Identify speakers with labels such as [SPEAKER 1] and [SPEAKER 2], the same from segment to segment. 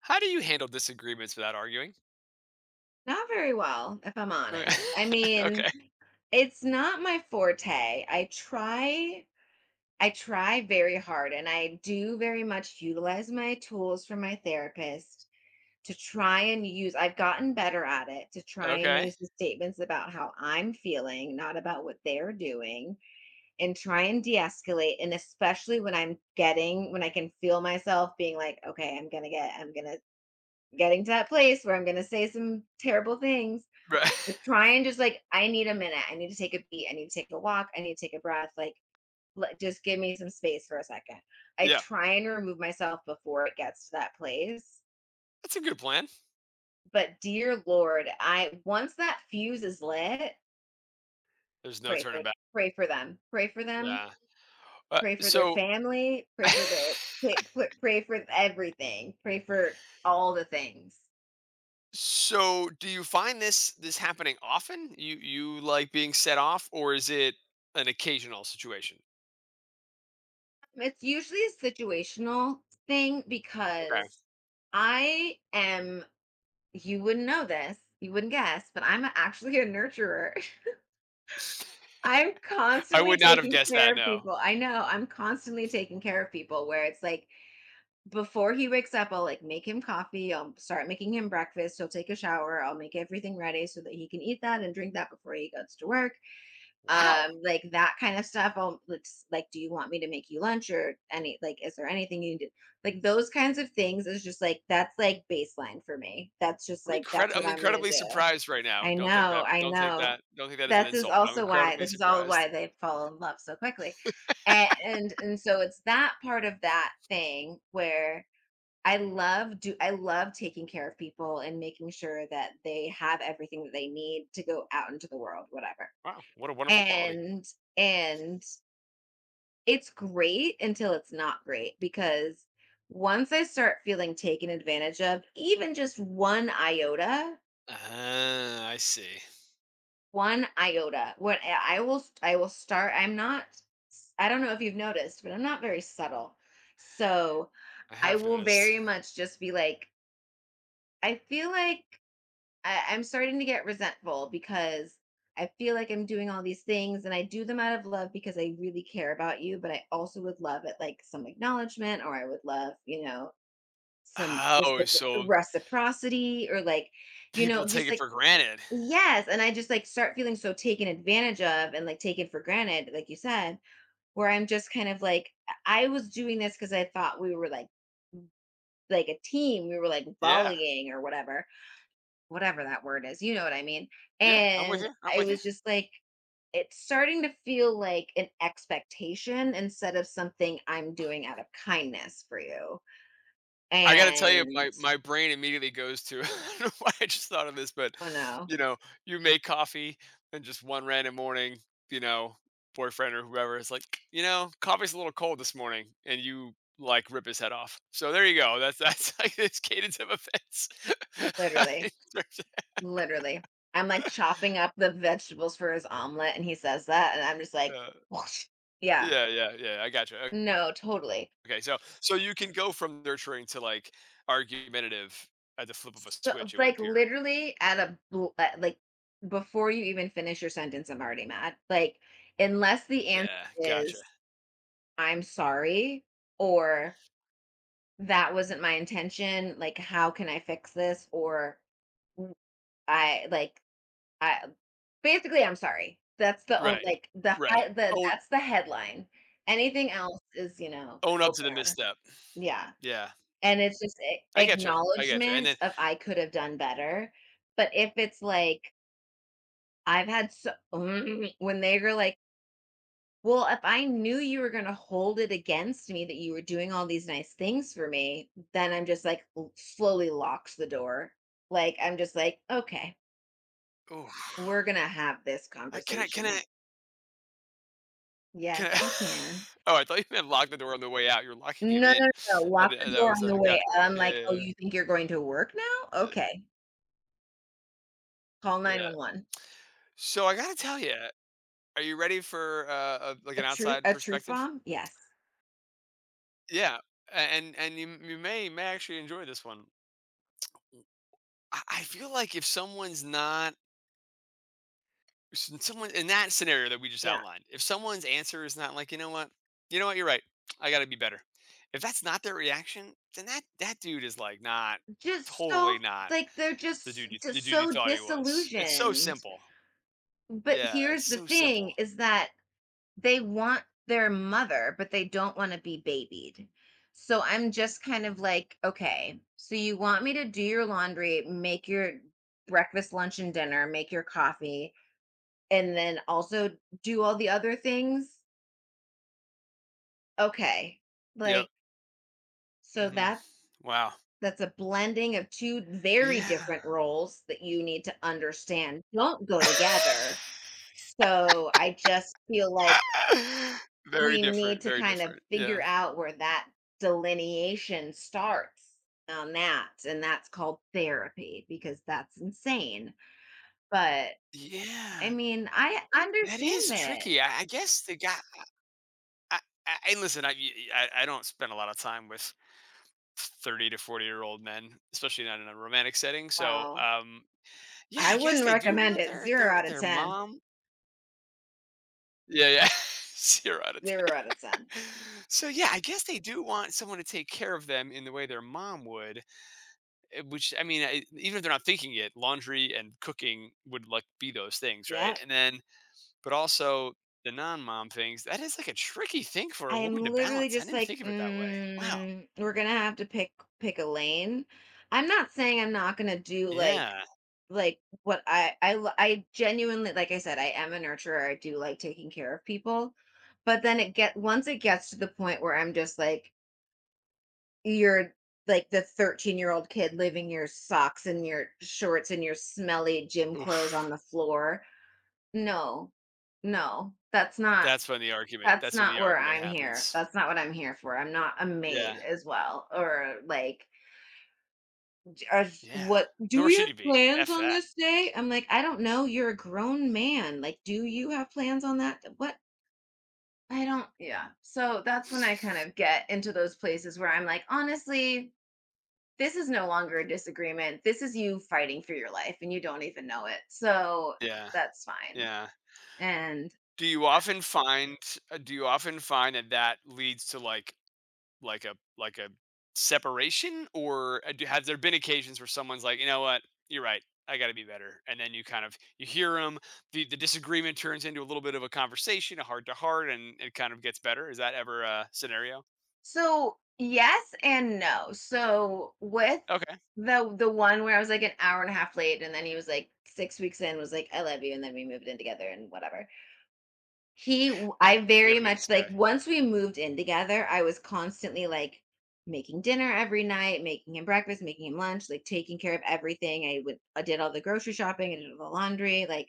[SPEAKER 1] How do you handle disagreements without arguing?
[SPEAKER 2] Not very well, if I'm
[SPEAKER 1] Okay.
[SPEAKER 2] honest. I mean,
[SPEAKER 1] Okay.
[SPEAKER 2] it's not my forte. I try very hard and I do very much utilize my tools from my therapist to try and use I've gotten better at it to try and
[SPEAKER 1] Okay.
[SPEAKER 2] use the statements about how I'm feeling, not about what they're doing, and try and de-escalate, and especially when I can feel myself being like, okay, I'm going to get I'm going to getting to that place where I'm going to say some terrible things.
[SPEAKER 1] Right.
[SPEAKER 2] I try and just like, I need a minute. I need to take a beat. I need to take a walk. I need to take a breath. Like, just give me some space for a second. I
[SPEAKER 1] Yeah.
[SPEAKER 2] try and remove myself before it gets to that place.
[SPEAKER 1] That's a good plan.
[SPEAKER 2] But dear Lord, I once that fuse is lit,
[SPEAKER 1] There's no
[SPEAKER 2] pray for
[SPEAKER 1] turning back.
[SPEAKER 2] pray for them, pray for them,
[SPEAKER 1] Yeah. Uh,
[SPEAKER 2] pray for their
[SPEAKER 1] so
[SPEAKER 2] family, pray for everything, pray for all the things.
[SPEAKER 1] so do you find this happening often? You like being set off or is it an occasional situation?
[SPEAKER 2] It's usually a situational thing,
[SPEAKER 1] Okay.
[SPEAKER 2] because I am you wouldn't know this, you wouldn't guess, but I'm actually a nurturer. I'm
[SPEAKER 1] I
[SPEAKER 2] constantly
[SPEAKER 1] would not have
[SPEAKER 2] taking
[SPEAKER 1] guessed
[SPEAKER 2] care
[SPEAKER 1] that,
[SPEAKER 2] of
[SPEAKER 1] no.
[SPEAKER 2] people. I know, I'm constantly taking care of people, where it's like before he wakes up, I'll like make him coffee, I'll start making him breakfast, he'll take a shower, I'll make everything ready so that he can eat that and drink that before he goes to work.
[SPEAKER 1] Wow.
[SPEAKER 2] Like that kind of stuff. I'll let's like, do you want me to make you lunch, or any like is there anything you need? Like, those kinds of things is just like that's like baseline for me. That's just like that's what
[SPEAKER 1] I'm
[SPEAKER 2] I'm gonna
[SPEAKER 1] incredibly
[SPEAKER 2] do.
[SPEAKER 1] surprised right now.
[SPEAKER 2] I
[SPEAKER 1] Don't take
[SPEAKER 2] know,
[SPEAKER 1] that
[SPEAKER 2] I
[SPEAKER 1] don't take
[SPEAKER 2] know.
[SPEAKER 1] that don't take that as an
[SPEAKER 2] This is
[SPEAKER 1] insult, but I'm
[SPEAKER 2] also why,
[SPEAKER 1] incredibly
[SPEAKER 2] this is all
[SPEAKER 1] surprised.
[SPEAKER 2] why they fall in love so quickly. And so it's that part of that thing where I love do I love taking care of people and making sure that they have everything that they need to go out into the world, whatever.
[SPEAKER 1] Wow, what a wonderful quality.
[SPEAKER 2] And and it's great until it's not great, because once I start feeling taken advantage of, even just one iota,
[SPEAKER 1] Ah, I see.
[SPEAKER 2] one iota. What I will start I don't know if you've noticed, but I'm not very subtle. So,
[SPEAKER 1] I
[SPEAKER 2] I
[SPEAKER 1] have
[SPEAKER 2] will
[SPEAKER 1] noticed.
[SPEAKER 2] very much just be like, I feel like I'm starting to get resentful, because I feel like I'm doing all these things, and I do them out of love because I really care about you, but I also would love it like some acknowledgement, or I would love, you know, some
[SPEAKER 1] Oh, so
[SPEAKER 2] reciprocity, or like, you
[SPEAKER 1] people
[SPEAKER 2] know,
[SPEAKER 1] take
[SPEAKER 2] just
[SPEAKER 1] it
[SPEAKER 2] like,
[SPEAKER 1] for granted.
[SPEAKER 2] yes, and I just, like, start feeling so taken advantage of and, like, taken for granted, like you said, where I'm just kind of like, I was doing this because I thought we were like a team, we were like
[SPEAKER 1] Yeah.
[SPEAKER 2] volleying or whatever, whatever that word is, you know what I mean?
[SPEAKER 1] Yeah, I'm with
[SPEAKER 2] And
[SPEAKER 1] you, I'm
[SPEAKER 2] I
[SPEAKER 1] with you.
[SPEAKER 2] was just like, it's starting to feel like an expectation instead of something I'm doing out of kindness for you.
[SPEAKER 1] I gotta tell you,
[SPEAKER 2] And
[SPEAKER 1] my brain immediately goes to I don't know why I just thought of this, but,
[SPEAKER 2] oh no,
[SPEAKER 1] you know, you make coffee and just one random morning, you know, boyfriend or whoever is like, "You know, coffee's a little cold this morning," and you, like, rip his head off. So there you go. That's like this cadence of events.
[SPEAKER 2] literally.
[SPEAKER 1] In terms of-
[SPEAKER 2] Literally. I'm, like, chopping up the vegetables for his omelet, and he says that, and I'm just like,
[SPEAKER 1] Uh,
[SPEAKER 2] "Whoosh." Yeah.
[SPEAKER 1] yeah, yeah, yeah, I got you.
[SPEAKER 2] No, totally.
[SPEAKER 1] Okay, so you can go from nurturing to like argumentative at the flip of a
[SPEAKER 2] So,
[SPEAKER 1] switch, it would
[SPEAKER 2] like,
[SPEAKER 1] appear.
[SPEAKER 2] literally at a bl like, before you even finish your sentence, I'm already mad. Like, unless the answer
[SPEAKER 1] Yeah, gotcha.
[SPEAKER 2] is, "I'm sorry," or, "That wasn't my intention," like, "How can I fix this?" or, "W I" like I basically, I'm sorry. That's the only
[SPEAKER 1] Right,
[SPEAKER 2] like, the
[SPEAKER 1] right.
[SPEAKER 2] high the
[SPEAKER 1] Own
[SPEAKER 2] that's the headline. Anything else is, you know,
[SPEAKER 1] own
[SPEAKER 2] the
[SPEAKER 1] up to the
[SPEAKER 2] opener.
[SPEAKER 1] misstep.
[SPEAKER 2] Yeah,
[SPEAKER 1] Yeah,
[SPEAKER 2] and it's just a
[SPEAKER 1] I getcha, I getcha. And
[SPEAKER 2] acknowledgement
[SPEAKER 1] then,
[SPEAKER 2] of I could have done better, but if it's like, I've had so when they were like, "Well, if I knew you were gonna hold it against me that you were doing all these nice things for me," then I'm just like, l slowly locks the door. Like, I'm just like, "Okay,
[SPEAKER 1] oh,
[SPEAKER 2] we're gonna have this
[SPEAKER 1] I can I can
[SPEAKER 2] conversation."
[SPEAKER 1] I
[SPEAKER 2] Yes,
[SPEAKER 1] can I.
[SPEAKER 2] you can.
[SPEAKER 1] Oh, I thought you meant lock the door on the way out. You're locking him
[SPEAKER 2] No, no,
[SPEAKER 1] in.
[SPEAKER 2] no,
[SPEAKER 1] I
[SPEAKER 2] lock
[SPEAKER 1] d-
[SPEAKER 2] the
[SPEAKER 1] that
[SPEAKER 2] door
[SPEAKER 1] was
[SPEAKER 2] on the way
[SPEAKER 1] gotcha.
[SPEAKER 2] out. I'm
[SPEAKER 1] Yeah,
[SPEAKER 2] like,
[SPEAKER 1] yeah,
[SPEAKER 2] "Oh,
[SPEAKER 1] yeah.
[SPEAKER 2] you think you're going to work now?
[SPEAKER 1] Yeah.
[SPEAKER 2] Okay, call
[SPEAKER 1] Yeah.
[SPEAKER 2] 911."
[SPEAKER 1] So I gotta tell you, are you ready for like
[SPEAKER 2] A
[SPEAKER 1] an
[SPEAKER 2] truth
[SPEAKER 1] outside
[SPEAKER 2] a truth
[SPEAKER 1] perspective?
[SPEAKER 2] bomb? Yes.
[SPEAKER 1] Yeah, and you may actually enjoy this one. I feel like if someone's not s- someone in that scenario, that we just
[SPEAKER 2] Yeah,
[SPEAKER 1] outlined, if someone's answer is not like, you know what, you're right, I got to be better. If that's not their reaction, then that that dude is like not
[SPEAKER 2] just so,
[SPEAKER 1] totally not
[SPEAKER 2] like, they're just
[SPEAKER 1] the
[SPEAKER 2] just
[SPEAKER 1] dude you
[SPEAKER 2] so
[SPEAKER 1] thought he was. It's so
[SPEAKER 2] disillusioned.
[SPEAKER 1] simple.
[SPEAKER 2] But
[SPEAKER 1] Yeah,
[SPEAKER 2] here's
[SPEAKER 1] it's
[SPEAKER 2] the
[SPEAKER 1] so
[SPEAKER 2] thing,
[SPEAKER 1] simple.
[SPEAKER 2] is that they want their mother, but they don't wanna be babied. So I'm just kind of like, "Okay, so you want me to do your laundry, make your breakfast, lunch, and dinner, make your coffee, and then also do all the other things? Okay.
[SPEAKER 1] Yep.
[SPEAKER 2] Like, so
[SPEAKER 1] Hmm.
[SPEAKER 2] that's
[SPEAKER 1] Wow.
[SPEAKER 2] that's a blending of two very
[SPEAKER 1] Yeah.
[SPEAKER 2] different roles that you need to understand don't go together." So I just feel like
[SPEAKER 1] Very
[SPEAKER 2] we need
[SPEAKER 1] different.
[SPEAKER 2] to
[SPEAKER 1] Very
[SPEAKER 2] kind of
[SPEAKER 1] different. Yeah.
[SPEAKER 2] figure out where that delineation starts on that. And that's called therapy, because that's insane. But I
[SPEAKER 1] Yeah.
[SPEAKER 2] mean, I
[SPEAKER 1] That
[SPEAKER 2] understand
[SPEAKER 1] is
[SPEAKER 2] that.
[SPEAKER 1] tricky. I guess the guy. I, I and listen, I y- I I don't spend a lot of time with 30- to 40-year-old men, especially not in a romantic setting. So,
[SPEAKER 2] Well,
[SPEAKER 1] yeah,
[SPEAKER 2] I
[SPEAKER 1] I guess
[SPEAKER 2] wouldn't
[SPEAKER 1] they do
[SPEAKER 2] recommend
[SPEAKER 1] want
[SPEAKER 2] it.
[SPEAKER 1] their
[SPEAKER 2] Zero
[SPEAKER 1] their
[SPEAKER 2] out of
[SPEAKER 1] their
[SPEAKER 2] 10.
[SPEAKER 1] mom. Yeah, yeah, zero out of
[SPEAKER 2] 0 out
[SPEAKER 1] ten.
[SPEAKER 2] of 10.
[SPEAKER 1] So yeah, I guess they do want someone to take care of them in the way their mom would. Which I mean, even if they're not thinking it, laundry and cooking would like be those things,
[SPEAKER 2] Yeah,
[SPEAKER 1] right? And then, but also the non-mom things. That is like a tricky thing for a
[SPEAKER 2] I
[SPEAKER 1] woman to
[SPEAKER 2] am literally
[SPEAKER 1] balance. I
[SPEAKER 2] just
[SPEAKER 1] didn't
[SPEAKER 2] like,
[SPEAKER 1] think of it that way. Wow.
[SPEAKER 2] "Mm, we're gonna have to pick a lane." I'm not saying I'm not gonna do, like,
[SPEAKER 1] Yeah.
[SPEAKER 2] what I genuinely, like I said, I am a nurturer, I do like taking care of people, but then it get once it gets to the point where I'm just like, "You're like the 13-year-old kid leaving your socks and your shorts and your smelly gym clothes on
[SPEAKER 1] Oof.
[SPEAKER 2] the floor." No. No.
[SPEAKER 1] That's when the argument
[SPEAKER 2] That's
[SPEAKER 1] that's when
[SPEAKER 2] not
[SPEAKER 1] the
[SPEAKER 2] where
[SPEAKER 1] argument
[SPEAKER 2] I'm here.
[SPEAKER 1] happens.
[SPEAKER 2] That's not what I'm here for. I'm not a maid
[SPEAKER 1] Yeah.
[SPEAKER 2] as well, or like, or
[SPEAKER 1] Yeah.
[SPEAKER 2] what? Do
[SPEAKER 1] Nor
[SPEAKER 2] we
[SPEAKER 1] should
[SPEAKER 2] have
[SPEAKER 1] you be.
[SPEAKER 2] plans
[SPEAKER 1] F
[SPEAKER 2] on
[SPEAKER 1] that.
[SPEAKER 2] this day? I'm like, I don't know. You're a grown man. Like, do you have plans on that? What? I don't. Yeah. So that's when I kind of get into those places where I'm like, honestly, this is no longer a disagreement. This is you fighting for your life, and you don't even know it. So
[SPEAKER 1] Yeah.
[SPEAKER 2] that's fine.
[SPEAKER 1] Yeah.
[SPEAKER 2] And
[SPEAKER 1] Do you often find that that leads to, like like a separation? Or, do have there been occasions where someone's like, "You know what? You're right. I gotta be better." And then you kind of you hear them. The disagreement turns into a little bit of a conversation, a heart to heart, and it kind of gets better. Is that ever a scenario?
[SPEAKER 2] so, yes and no. So, with
[SPEAKER 1] Okay.
[SPEAKER 2] the one, where I was like an hour and a half late, and then he was like 6 weeks in was like I love you, and then we moved in together and whatever. I
[SPEAKER 1] I
[SPEAKER 2] very
[SPEAKER 1] gotta meet
[SPEAKER 2] much,
[SPEAKER 1] this
[SPEAKER 2] like,
[SPEAKER 1] guy.
[SPEAKER 2] once we moved in together, I was constantly like making dinner every night, making him breakfast, making him lunch, like taking care of everything. I did all the grocery shopping, I did all the laundry, like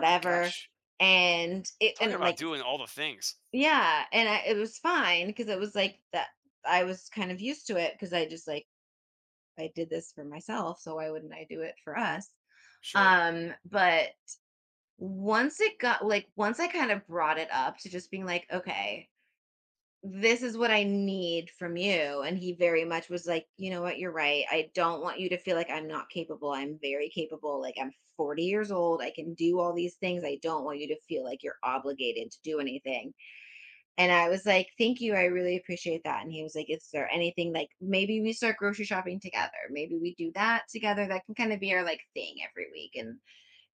[SPEAKER 1] My gosh.
[SPEAKER 2] And it
[SPEAKER 1] Talking
[SPEAKER 2] and
[SPEAKER 1] about
[SPEAKER 2] like
[SPEAKER 1] doing all the things.
[SPEAKER 2] Yeah, and I it was fine, because it was like that, I was kind of used to it, because I just like, I did this for myself, so why wouldn't I do it for us?
[SPEAKER 1] Sure.
[SPEAKER 2] But once it got, like, once I kind of brought it up to just being like, okay, this is what I need from you. And he very much was like, you know what, you're right. I don't want you to feel like I'm not capable. I'm very capable. Like, I'm 40 years old. I can do all these things. I don't want you to feel like you're obligated to do anything. And I was like, "Thank you, I really appreciate that." And he was like, "Is there anything like, maybe we start grocery shopping together? Maybe we do that together. That can kind of be our like thing every week, and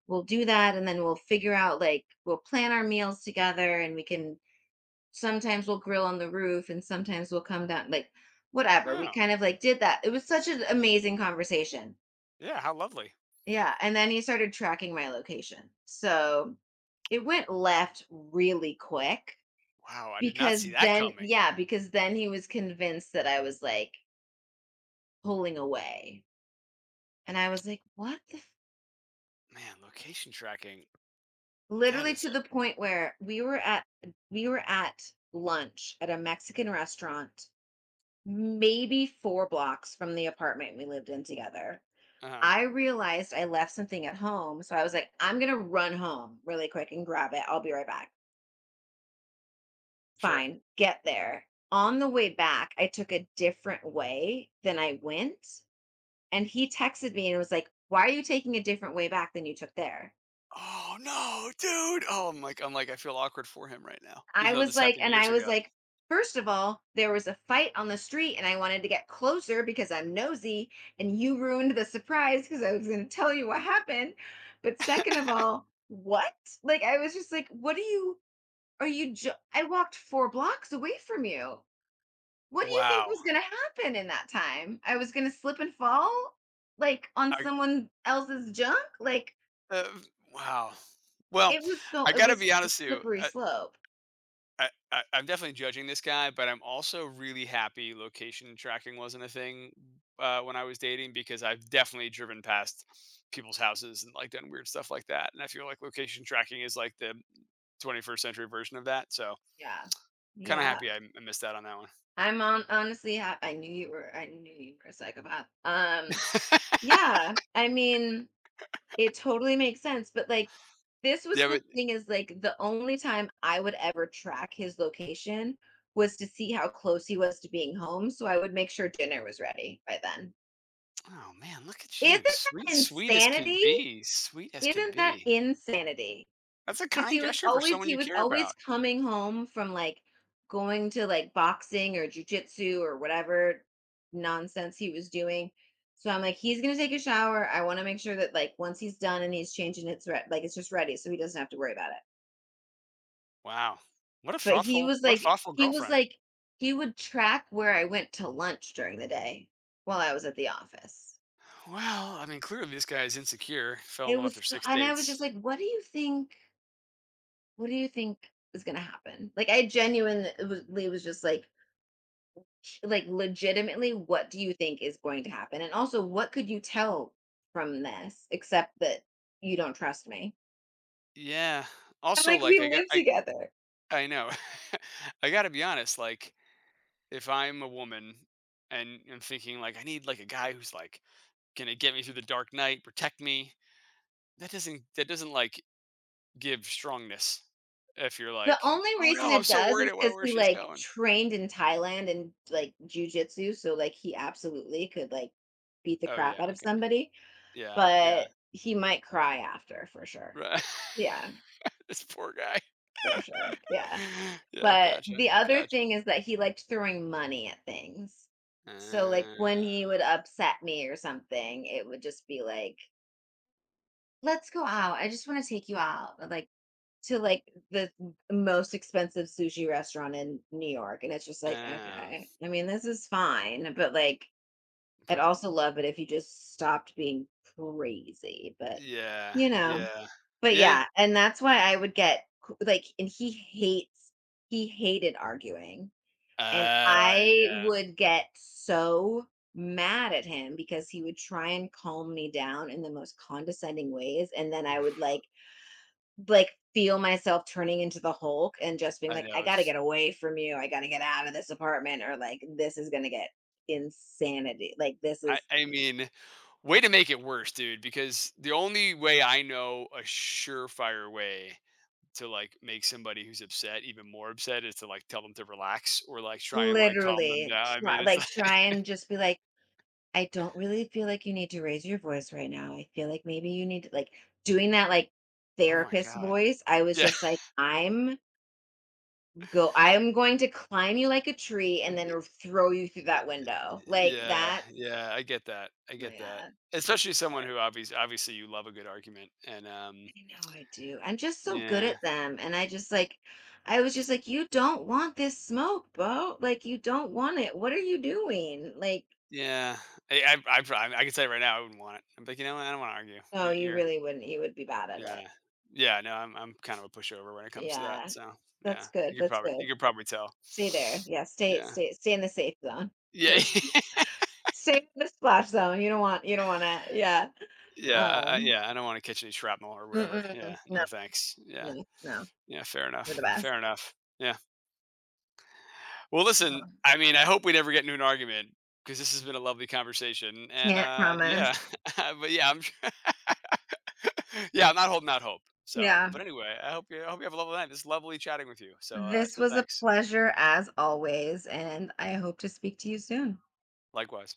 [SPEAKER 2] we'll do that, and then we'll figure out like we'll plan our meals together, and we can sometimes we'll grill on the roof, and sometimes we'll come down, like, whatever." We
[SPEAKER 1] Oh,
[SPEAKER 2] kind of like did that. It was such an amazing conversation.
[SPEAKER 1] yeah. How lovely.
[SPEAKER 2] Yeah, and then he started tracking my location, so it went left really quick,
[SPEAKER 1] Wow. I did not see
[SPEAKER 2] because
[SPEAKER 1] that
[SPEAKER 2] then
[SPEAKER 1] coming.
[SPEAKER 2] yeah, because then he was convinced that I was, like, pulling away, and I was like, "What the f,"
[SPEAKER 1] Man, location tracking. That
[SPEAKER 2] literally,
[SPEAKER 1] is
[SPEAKER 2] to the point where we were at lunch at a Mexican restaurant maybe 4 blocks from the apartment we lived in together.
[SPEAKER 1] it. Uh huh.
[SPEAKER 2] I realized I left something at home, so I was like, "I'm gonna run home really quick and grab it, I'll be right back."
[SPEAKER 1] Sure.
[SPEAKER 2] Fine, get there. On the way back, I took a different way than I went. And he texted me and was like, "Why are you taking a different way back than you took there?"
[SPEAKER 1] Oh no, dude. Oh, I'm like, I feel awkward for him right now, even though this happened years
[SPEAKER 2] I was
[SPEAKER 1] ago.
[SPEAKER 2] like, first of all, there was a fight on the street and I wanted to get closer because I'm nosy, and you ruined the surprise because I was going to tell you what happened. But second of all, what? Like I was just like, "What are you jo- I walked 4 blocks away from you. What do you think
[SPEAKER 1] Wow.
[SPEAKER 2] was going to happen in that time? I was going to slip and fall like on
[SPEAKER 1] I,
[SPEAKER 2] someone else's junk? Like,
[SPEAKER 1] uh, wow. Well,
[SPEAKER 2] It was so
[SPEAKER 1] I
[SPEAKER 2] it
[SPEAKER 1] got to
[SPEAKER 2] was
[SPEAKER 1] be
[SPEAKER 2] a
[SPEAKER 1] honest with you.
[SPEAKER 2] slippery
[SPEAKER 1] uh,
[SPEAKER 2] slope.
[SPEAKER 1] I, I I'm definitely judging this guy, but I'm also really happy location tracking wasn't a thing when I was dating because I've definitely driven past people's houses and like done weird stuff like that, and I feel like location tracking is like the 21st century version of that. So
[SPEAKER 2] Yeah.
[SPEAKER 1] kind of
[SPEAKER 2] Yeah.
[SPEAKER 1] happy I missed out on that one.
[SPEAKER 2] I'm on honestly, ha I knew you were, I knew you were a psychopath. Yeah, I mean, it totally makes sense, but, like, this was
[SPEAKER 1] Yeah,
[SPEAKER 2] the
[SPEAKER 1] but
[SPEAKER 2] thing, is, like, the only time I would ever track his location was to see how close he was to being home, so I would make sure dinner was ready by then.
[SPEAKER 1] oh man, look at
[SPEAKER 2] Isn't
[SPEAKER 1] you, sweet,
[SPEAKER 2] that
[SPEAKER 1] sweet as can
[SPEAKER 2] insanity?
[SPEAKER 1] be, sweet as can
[SPEAKER 2] Isn't that
[SPEAKER 1] be.
[SPEAKER 2] insanity?
[SPEAKER 1] That's a
[SPEAKER 2] Because
[SPEAKER 1] kind
[SPEAKER 2] he was
[SPEAKER 1] gesture for
[SPEAKER 2] always
[SPEAKER 1] someone
[SPEAKER 2] he
[SPEAKER 1] you
[SPEAKER 2] was
[SPEAKER 1] care
[SPEAKER 2] always
[SPEAKER 1] about.
[SPEAKER 2] coming home from like going to like boxing or jujitsu or whatever nonsense he was doing. So I'm like, he's gonna take a shower. I want to make sure that like once he's done and he's changing, like it's just ready, so he doesn't have to worry about it.
[SPEAKER 1] Wow,
[SPEAKER 2] But he was
[SPEAKER 1] what a
[SPEAKER 2] like,
[SPEAKER 1] thoughtful
[SPEAKER 2] he was
[SPEAKER 1] girlfriend.
[SPEAKER 2] like, he would track where I went to lunch during the day while I was at the office.
[SPEAKER 1] Well, I mean, clearly this guy is insecure. Fell in
[SPEAKER 2] It
[SPEAKER 1] love
[SPEAKER 2] was,
[SPEAKER 1] after
[SPEAKER 2] so,
[SPEAKER 1] six
[SPEAKER 2] and I was
[SPEAKER 1] dates.
[SPEAKER 2] just like, what do you think? What do you think is gonna happen? Like I genuinely was just like, legitimately, what do you think is going to happen? And also, what could you tell from this except that you don't trust me?
[SPEAKER 1] Yeah.
[SPEAKER 2] I'm
[SPEAKER 1] Also,
[SPEAKER 2] like, we
[SPEAKER 1] like, I got,
[SPEAKER 2] live
[SPEAKER 1] I,
[SPEAKER 2] together.
[SPEAKER 1] I know. I got to be honest. Like, if I'm a woman and I'm thinking like, I need like a guy who's like gonna get me through the dark night, protect me. That doesn't like give strongness. If you're
[SPEAKER 2] The
[SPEAKER 1] like,
[SPEAKER 2] only
[SPEAKER 1] oh
[SPEAKER 2] reason
[SPEAKER 1] no, I'm
[SPEAKER 2] it
[SPEAKER 1] so
[SPEAKER 2] does
[SPEAKER 1] worried
[SPEAKER 2] is
[SPEAKER 1] about
[SPEAKER 2] because
[SPEAKER 1] where
[SPEAKER 2] he,
[SPEAKER 1] she's
[SPEAKER 2] like,
[SPEAKER 1] going.
[SPEAKER 2] trained in Thailand and, like, jujitsu, so, like, he absolutely could, like, beat the
[SPEAKER 1] Oh
[SPEAKER 2] crap
[SPEAKER 1] yeah,
[SPEAKER 2] out of
[SPEAKER 1] okay,
[SPEAKER 2] somebody,
[SPEAKER 1] yeah, yeah,
[SPEAKER 2] but he might cry after for sure.
[SPEAKER 1] right.
[SPEAKER 2] Yeah,
[SPEAKER 1] This poor guy.
[SPEAKER 2] for sure. Yeah.
[SPEAKER 1] Yeah,
[SPEAKER 2] But
[SPEAKER 1] gotcha,
[SPEAKER 2] the other
[SPEAKER 1] gotcha.
[SPEAKER 2] thing is that he liked throwing money at things. So, like, when he would
[SPEAKER 1] Oh,
[SPEAKER 2] upset me or something, it would just be like, let's go out. I just want to take you out. Or, like, to like the most expensive sushi restaurant in New York. And it's just like,
[SPEAKER 1] oh.
[SPEAKER 2] okay, I mean, this is fine. But like, I'd
[SPEAKER 1] But
[SPEAKER 2] also love it if you just stopped being crazy. But,
[SPEAKER 1] yeah,
[SPEAKER 2] you know,
[SPEAKER 1] yeah,
[SPEAKER 2] but
[SPEAKER 1] yeah.
[SPEAKER 2] yeah. And that's why I would like, and he hated arguing and
[SPEAKER 1] Uh, I-
[SPEAKER 2] I
[SPEAKER 1] yeah.
[SPEAKER 2] would get so mad at him because he would try and calm me down in the most condescending ways. And then I would
[SPEAKER 1] Oof,
[SPEAKER 2] like feel myself turning into the Hulk and just being
[SPEAKER 1] I
[SPEAKER 2] like, I
[SPEAKER 1] know.
[SPEAKER 2] gotta
[SPEAKER 1] It's,
[SPEAKER 2] get away from you. I gotta get out of this apartment or like this is gonna get insanity. Like this
[SPEAKER 1] I
[SPEAKER 2] is
[SPEAKER 1] I mean, way to make it worse, dude. Because the only way I know a surefire way to like make somebody who's upset even more upset is to like tell them to relax or like try and like calm them
[SPEAKER 2] literally,
[SPEAKER 1] down. I mean, it's like,
[SPEAKER 2] try and just be like, I don't really feel like you need to raise your voice right now. I feel like maybe you need to like doing that like
[SPEAKER 1] oh my
[SPEAKER 2] therapist
[SPEAKER 1] god.
[SPEAKER 2] voice. I was
[SPEAKER 1] Yeah,
[SPEAKER 2] just like, I am going to climb you like a tree and then throw you through that window, like
[SPEAKER 1] yeah,
[SPEAKER 2] that's
[SPEAKER 1] yeah. I get that. I
[SPEAKER 2] my
[SPEAKER 1] get that.
[SPEAKER 2] god.
[SPEAKER 1] Especially someone who obviously you love a good argument and
[SPEAKER 2] I know I do. I'm just so good
[SPEAKER 1] yeah.
[SPEAKER 2] at them, and I just like, I was just like, you don't want this smoke bo like, you don't want it. What are you doing? Like,
[SPEAKER 1] Yeah, I I I I can say right now I wouldn't want it. I'm like, "You know what? I don't wanna argue.
[SPEAKER 2] no,
[SPEAKER 1] You're
[SPEAKER 2] you
[SPEAKER 1] you're"
[SPEAKER 2] really wouldn't. You would be bad at it.
[SPEAKER 1] Yeah. Yeah, no, I'm kind of a pushover when it comes to
[SPEAKER 2] Yeah,
[SPEAKER 1] that, so,
[SPEAKER 2] that's
[SPEAKER 1] yeah.
[SPEAKER 2] good, that's good.
[SPEAKER 1] You could probably tell.
[SPEAKER 2] Stay there, yeah, stay,
[SPEAKER 1] Yeah.
[SPEAKER 2] stay in the safe zone for
[SPEAKER 1] Yeah.
[SPEAKER 2] sure. Stay in the splash zone, you don't want to, yeah.
[SPEAKER 1] Yeah, I
[SPEAKER 2] Um,
[SPEAKER 1] yeah, I don't wanna catch any shrapnel or whatever.
[SPEAKER 2] mm-mm.
[SPEAKER 1] Yeah,
[SPEAKER 2] No,
[SPEAKER 1] no thanks. Yeah.
[SPEAKER 2] no.
[SPEAKER 1] Yeah, fair
[SPEAKER 2] You're the
[SPEAKER 1] enough,
[SPEAKER 2] best.
[SPEAKER 1] fair enough. Yeah. Well, listen,
[SPEAKER 2] Oh,
[SPEAKER 1] I mean, I hope we never get into an argument because this has been a lovely conversation, and,
[SPEAKER 2] can't promise.
[SPEAKER 1] yeah, but, yeah, I'm not holding out hope. So,
[SPEAKER 2] Yeah.
[SPEAKER 1] but anyway, I hope you have a lovely night. It's lovely chatting with you. So,
[SPEAKER 2] This was a
[SPEAKER 1] thanks.
[SPEAKER 2] pleasure as always, and I hope to speak to you soon.
[SPEAKER 1] Likewise.